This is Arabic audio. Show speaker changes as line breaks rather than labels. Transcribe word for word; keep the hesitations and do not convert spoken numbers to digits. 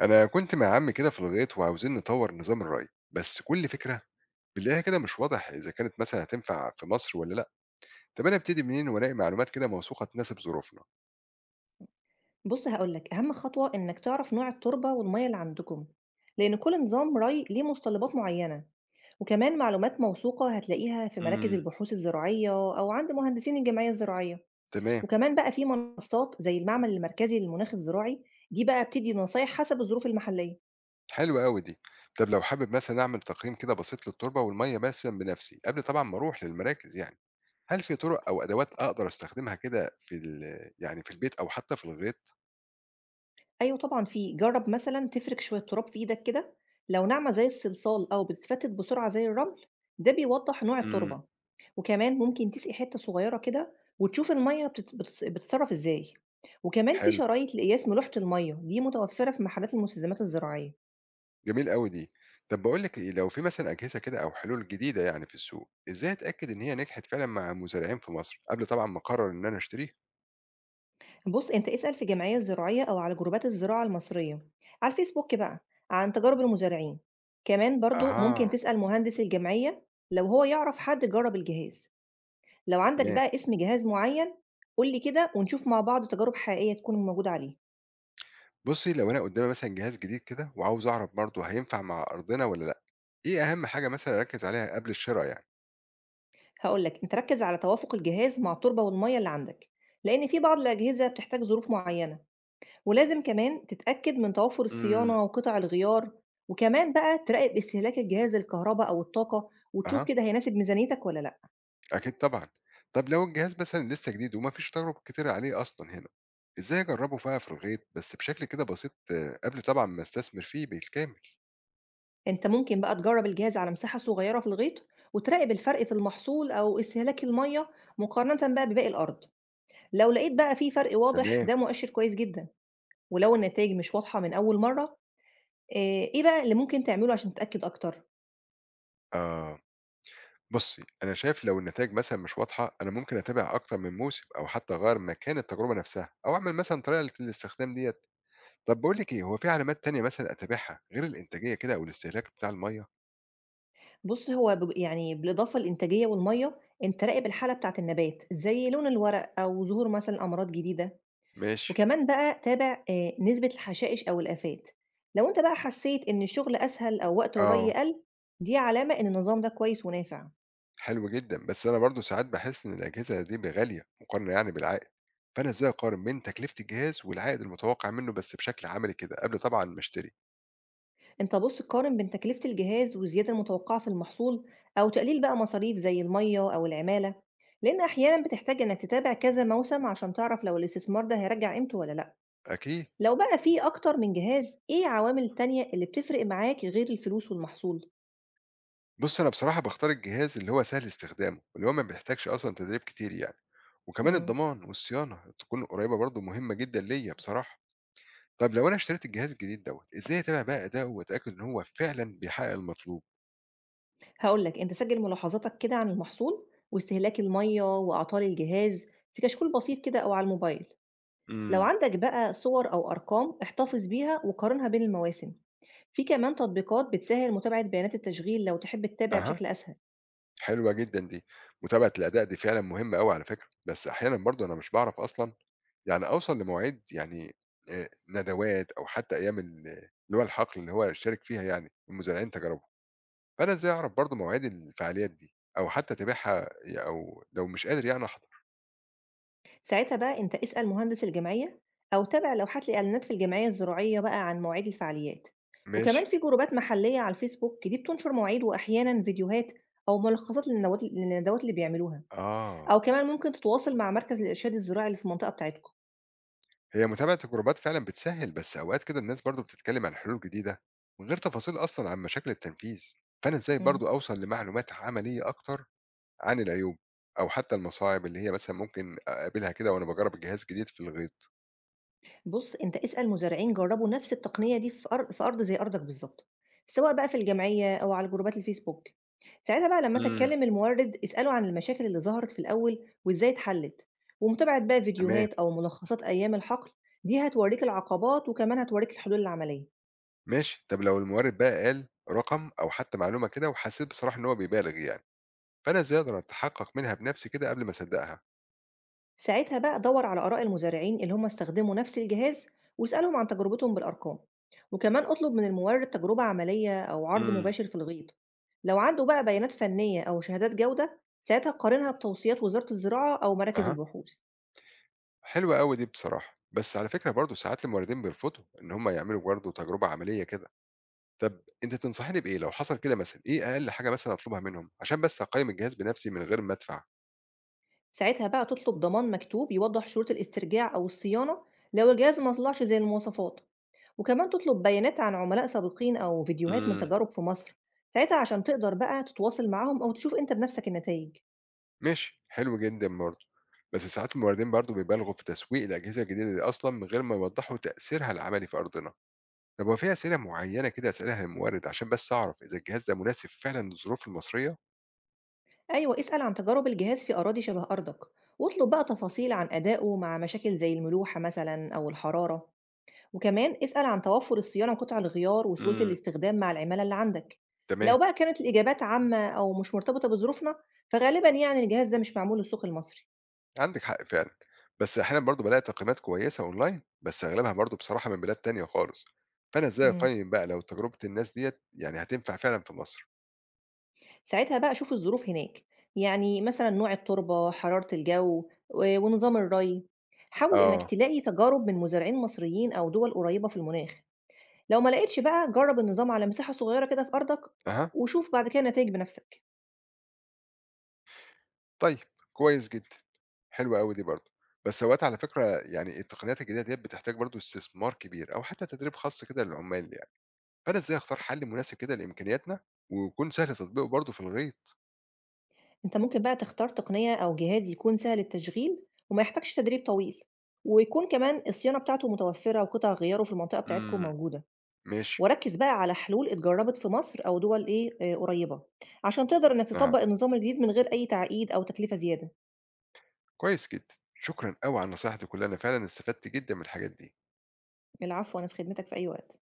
أنا كنت مع عمي كده في الغيط وعاوزين نطور نظام الري، بس كل فكرة بنلاقيها كده مش واضح إذا كانت مثلا هتنفع في مصر ولا لأ. طب أنا أبتدي منين وألاقي معلومات كده موثوقة تناسب ظروفنا؟
بص هقولك أهم خطوة إنك تعرف نوع التربة والمية اللي عندكم، لأن كل نظام ري ليه متطلبات معينة. وكمان معلومات موثوقة هتلاقيها في مراكز
امم.
البحوث الزراعية أو عند مهندسين الجمعية الزراعية.
تمام.
وكمان بقى في منصات زي المعمل المركزي للمناخ الزراعي، دي بقى بتدي نصايح حسب الظروف المحلية.
حلوة أوي دي. طب لو حابب مثلا أعمل تقييم كده بسيط للتربة والمية مثلا بنفسي قبل طبعا ما أروح للمراكز يعني، هل في طرق أو أدوات أقدر أستخدمها كده في ال- يعني في البيت أو حتى في الغيط؟
أيوة طبعا، في جرب مثلا تفرك شوية تراب في إيدك كده، لو ناعمة زي الصلصال أو بتتفتت بسرعة زي الرمل ده بيوضح نوع
امم.
التربة. وكمان ممكن تسقي حتة صغيرة كده وتشوف المَيّة بتت بتتص بتتصرّف إزاي. وكمان في
حلو.
شرايط لقياس ملوحة المَيّة، دي متوفّرة في محلات المستلزمات الزراعية.
جميل أوي دي. طب باقول لِك إيه، لو في مثلًا أجهزة كده أو حلول جديدة يعني في السوق، إزاي أتأكد إن هي نجحت فعلًا مع مزارعين في مصر، قبل طبعًا ما أقرر إن أنا أشتريها؟
بُص، أنت اسأل في الجمعية الزراعية أو على جروبات الزراعة المصرية على الفيسبوك بقى عن تجارب المزارعين. كمان برضه ممكن
أها،
تسأل مهندس الجمعية لو هو يعرف حد جرّب الجهاز. لو عندك
تمام.
بقى اسم جهاز معيّن قُل لي كده ونشوف مع بعض تجارب حقيقية تكون موجودة عليه.
بُصّي، لو أنا قدامي مثلًا جهاز جديد كده وعاوز أعرف برضه هينفع مع أرضنا والّا لأ، إيه أهم حاجة مثلًا أركّز عليها قبل الشرا يعني؟
هاقول لك، أنت ركّز على توافق الجهاز مع التربة والمَيّة اللي عندك، لإن في بعض الأجهزة بتحتاج ظروف معيّنة، ولازم كمان تتأكد من توافر
إمم.
الصيانة وقطع الغيار، وكمان بقى تراقب استهلاك الجهاز للكهربا أو الطاقة، وتشوف
أها،
كده هيناسب ميزانيتك والّا لأ.
أكيد طبعًا. طب لو الجهاز مثلًا لسه جديد وما فيش تجارب كتيرة عليه أصلًا هنا، إزاي أجرّبه بقى في الغيط بس بشكل كده بسيط آه، قبل طبعًا ما أستثمر فيه بالكامل؟
أنت ممكن بقى تجرّب الجهاز على مساحة صغيّرة في الغيط، وتراقب الفرق في المحصول أو استهلاك المَيّة مقارنةً بقى بباقي الأرض. لو لقيت بقى في فرق واضح
تمام،
ده مؤشر كويس جدًا، ولو النتايج مش واضحة من أول مرّة، آآ إيه بقى اللي ممكن تعمله عشان تتأكد أكتر؟
آه. بُصّي، أنا شايف لو النتايج مثلًا مش واضحة، أنا ممكن أتابع أكتر من موسم أو حتى أغيّر مكان التجربة نفسها أو أعمل مثلًا طريقة للاستخدام ديّة. طَب باقول لِك إيه، هو في علامات تانية مثلًا أتابعها غير الإنتاجية كده أو الاستهلاك بتاع المَيّة؟
بُص، هو ب يعني بالإضافة للإنتاجية والمَيّة، أنت راقب الحالة بتاعة النبات، زي لون الورق أو ظهور مثلًا أمراض جديدة،
ماشي.
وكمان بقى تابع آآ نسبة الحشائش أو الآفات. لو أنت بقى حسيت إن الشغل أسهل أو وقت الري
آه،
قَل، دي علامة إن النظام ده كويس ونافع.
حلو جدًا، بس أنا برضه ساعات باحس إن الأجهزة دي ب غالية مقارنة يعني بالعائد، فأنا إزاي أقارن بين تكلفة الجهاز والعائد المتوقع منه بس بشكل عملي كده قبل طبعًا ما أشتري؟
أنت بُص قارن بين تكلفة الجهاز والزيادة المتوقعة في المحصول، أو تقليل بقى مصاريف زي المَيّة أو العمالة، لإن أحيانًا بتحتاج إنك تتابع كذا موسم عشان تعرف لو الاستثمار ده هيرجّع قيمته والّا لأ.
أكيد.
لو بقى في أكتر من جهاز، إيه عوامل تانية اللي بتفرق معاك غير الفلوس والمحصول؟
بُص، أنا بصراحة باختار الجهاز اللي هو سهل استخدامه، اللي هو ما بيحتاجش أصلًا تدريب كتير يعني، وكمان
إمم.
الضمان والصيانة تكون قريبة برضه مهمة جدًا ليّا بصراحة. طب لو أنا اشتريت الجهاز الجديد دوّة، إزاي أتابع بقى أداؤه وأتأكد إن هو فعلًا بيحقق المطلوب؟
هاقول لك، أنت سجل ملاحظاتك كده عن المحصول واستهلاك المَيّة وأعطال الجهاز في كشكول بسيط كده أو على الموبايل. لو
إمم.
عندك بقى صور أو أرقام، احتفظ بيها وقارنها بين المواسم. في كمان تطبيقات بتسهل متابعة بيانات التشغيل لو تحب تتابع
أها،
بشكل أسهل.
حلوة جدًا دي، متابعة الأداء دي فعلًا مهمة أوي على فكرة، بس أحيانًا برضه أنا مش باعرف أصلًا يعني أوصل لمواعيد يعني آآ ندوات أو حتى أيام ال اللي هو الحقل اللي هو أشارك فيها يعني، المزارعين تجاربهم. فأنا إزاي أعرف برضه مواعيد الفعاليات دي أو حتى أتابعها أو لو مش قادر يعني أحضر؟
ساعتها بقى أنت اسأل مهندس الجمعية أو تابع لوحات الإعلانات في الجمعية الزراعية بقى عن مواعيد الفعاليات.
ماشي.
وكمان في جروبات محلية على الفيسبوك دي بتنشر مواعيد وأحيانا فيديوهات أو ملخصات للندوات للندوات اللي بيعملوها. أو
آه.
كمان ممكن تتواصل مع مركز الإرشاد الزراعي اللي في المنطقة بتاعتكم.
هي متابعة الجروبات فعلًا بتسهِّل، بس أوقات كده الناس برضه بتتكلم عن حلول جديدة من غير تفاصيل أصلًا عن مشاكل التنفيذ، فأنا إزاي
مم.
برضه أوصل لمعلومات عملية أكتر عن العيوب أو حتى المصاعب اللي هي مثلًا ممكن أقابلها كده وأنا باجرّب الجهاز الجديد في الغيط؟
بُص، أنت اسأل مزارعين جرّبوا نفس التقنية دي في أر في أرض زي أرضك بالضبط، سواء بقى في الجمعية أو على جروبات الفيسبوك. ساعتها بقى لمّا
إمم.
تتكلم المورد، اسأله عن المشاكل اللي ظهرت في الأول وإزاي اتحلت، ومتابعة بقى
تمام،
فيديوهات أو ملخصات أيام الحقل، دي هتورّيك العقبات وكمان هتورّيك الحلول العملية.
ماشي. طب لو المورد بقى قال رقم أو حتى معلومة كده وحسيت بصراحة إن هو بيبالغ يعني، فأنا إزاي أقدر أتحقق منها بنفسي كده قبل ما أصدقها؟
ساعتها بقى دور على آراء المزارعين اللي هم استخدموا نفس الجهاز واسألهم عن تجربتهم بالأرقام، وكمان اطلب من المورد تجربة عملية أو عرض
إمم.
مباشر في الغيط. لو عنده بقى بيانات فنية أو شهادات جودة ساعتها قارنها بتوصيات وزارة الزراعة أو مراكز
أها،
البحوث.
حلوة أوي دي بصراحة، بس على فكرة برضه ساعات الموردين بيرفضوا إن هم يعملوا برضه تجربة عملية كده، طب أنتِ تنصحيني بإيه لو حصل كده مثلًا، إيه أقل حاجة مثلًا أطلبها منهم عشان بس أقيّم الجهاز بنفسي من غير ما أدفع؟
ساعتها بقى تطلب ضمان مكتوب يوضح شروط الاسترجاع أو الصيانة لو الجهاز ما طلعش زي المواصفات، وكمان تطلب بيانات عن عملاء سابقين أو فيديوهات من
إمم.
تجارب في مصر ساعتها، عشان تقدر بقى تتواصل معاهم أو تشوف أنت بنفسك النتائج.
ماشي، حلو جدًا برضه، بس ساعات الموردين برضه بيبالغوا في تسويق الأجهزة الجديدة دي أصلًا من غير ما يوضحوا تأثيرها العملي في أرضنا، طب هو في أسئلة معينة كده أسألها للمورد عشان بس أعرف إذا الجهاز ده مناسب فعلًا للظروف المصرية؟
أيوة اسأل عن تجارب الجهاز في أراضي شبه أرضك، واطلب بقى تفاصيل عن أدائه مع مشاكل زي الملوحة مثلا أو الحرارة، وكمان اسأل عن توفر الصيانة وقطع الغيار وسهولة
إمم.
الاستخدام مع العمالة اللي عندك.
تمام.
لو بقى كانت الإجابات عامة أو مش مرتبطة بظروفنا فغالبا يعني الجهاز ده مش معمول للسوق المصري.
عندِك حق فعلًا، بس أحيانًا برضه بالاقي تقييمات كويسة أونلاين، بس أغلبها برضه بصراحة من بلاد تانية خالص، فأنا إزاي
مم.
أقيّم بقى لو تجربة الناس ديّة يعني هتنفع فعلًا في مصر؟
ساعتها بقى شوف الظروف هناك، يعني مثلا نوع التربة، حرارة الجو، و- ونظام الري. حاول إنك
آه،
تلاقي تجارب من مزارعين مصريين أو دول قريبة في المناخ. لو ما لقيتش بقى جرّب النظام على مساحة صغيرة كده في أرضك،
أها،
وشوف بعد كده النتايج بنفسك.
طيب كويس جدًا، حلوة أوي دي برضه، بس أوقات على فكرة يعني التقنيات الجديدة ديّة بتحتاج برضه استثمار كبير أو حتى تدريب خاص كده للعمال يعني، فأنا إزاي أختار حل مناسب كده لإمكانياتنا ويكون سهل تطبيقه برضه في الغيط؟
أنت ممكن بقى تختار تقنية أو جهاز يكون سهل التشغيل وما يحتاجش تدريب طويل، ويكون كمان الصيانة بتاعته متوفرة وقطع غياره في المنطقة بتاعتكم
إمم.
موجودة،
ماشي،
وركّز بقى على حلول اتجربت في مصر أو دول إيه آآ قريبة، عشان تقدر إنك
أها،
تطبّق النظام الجديد من غير أي تعقيد أو تكلفة زيادة.
كويس جدًا، شكرًا أوي على النصايح دي كلها، أنا فعلًا استفدت جدًا من الحاجات دي.
العفو، أنا في خدمتك في أي وقت.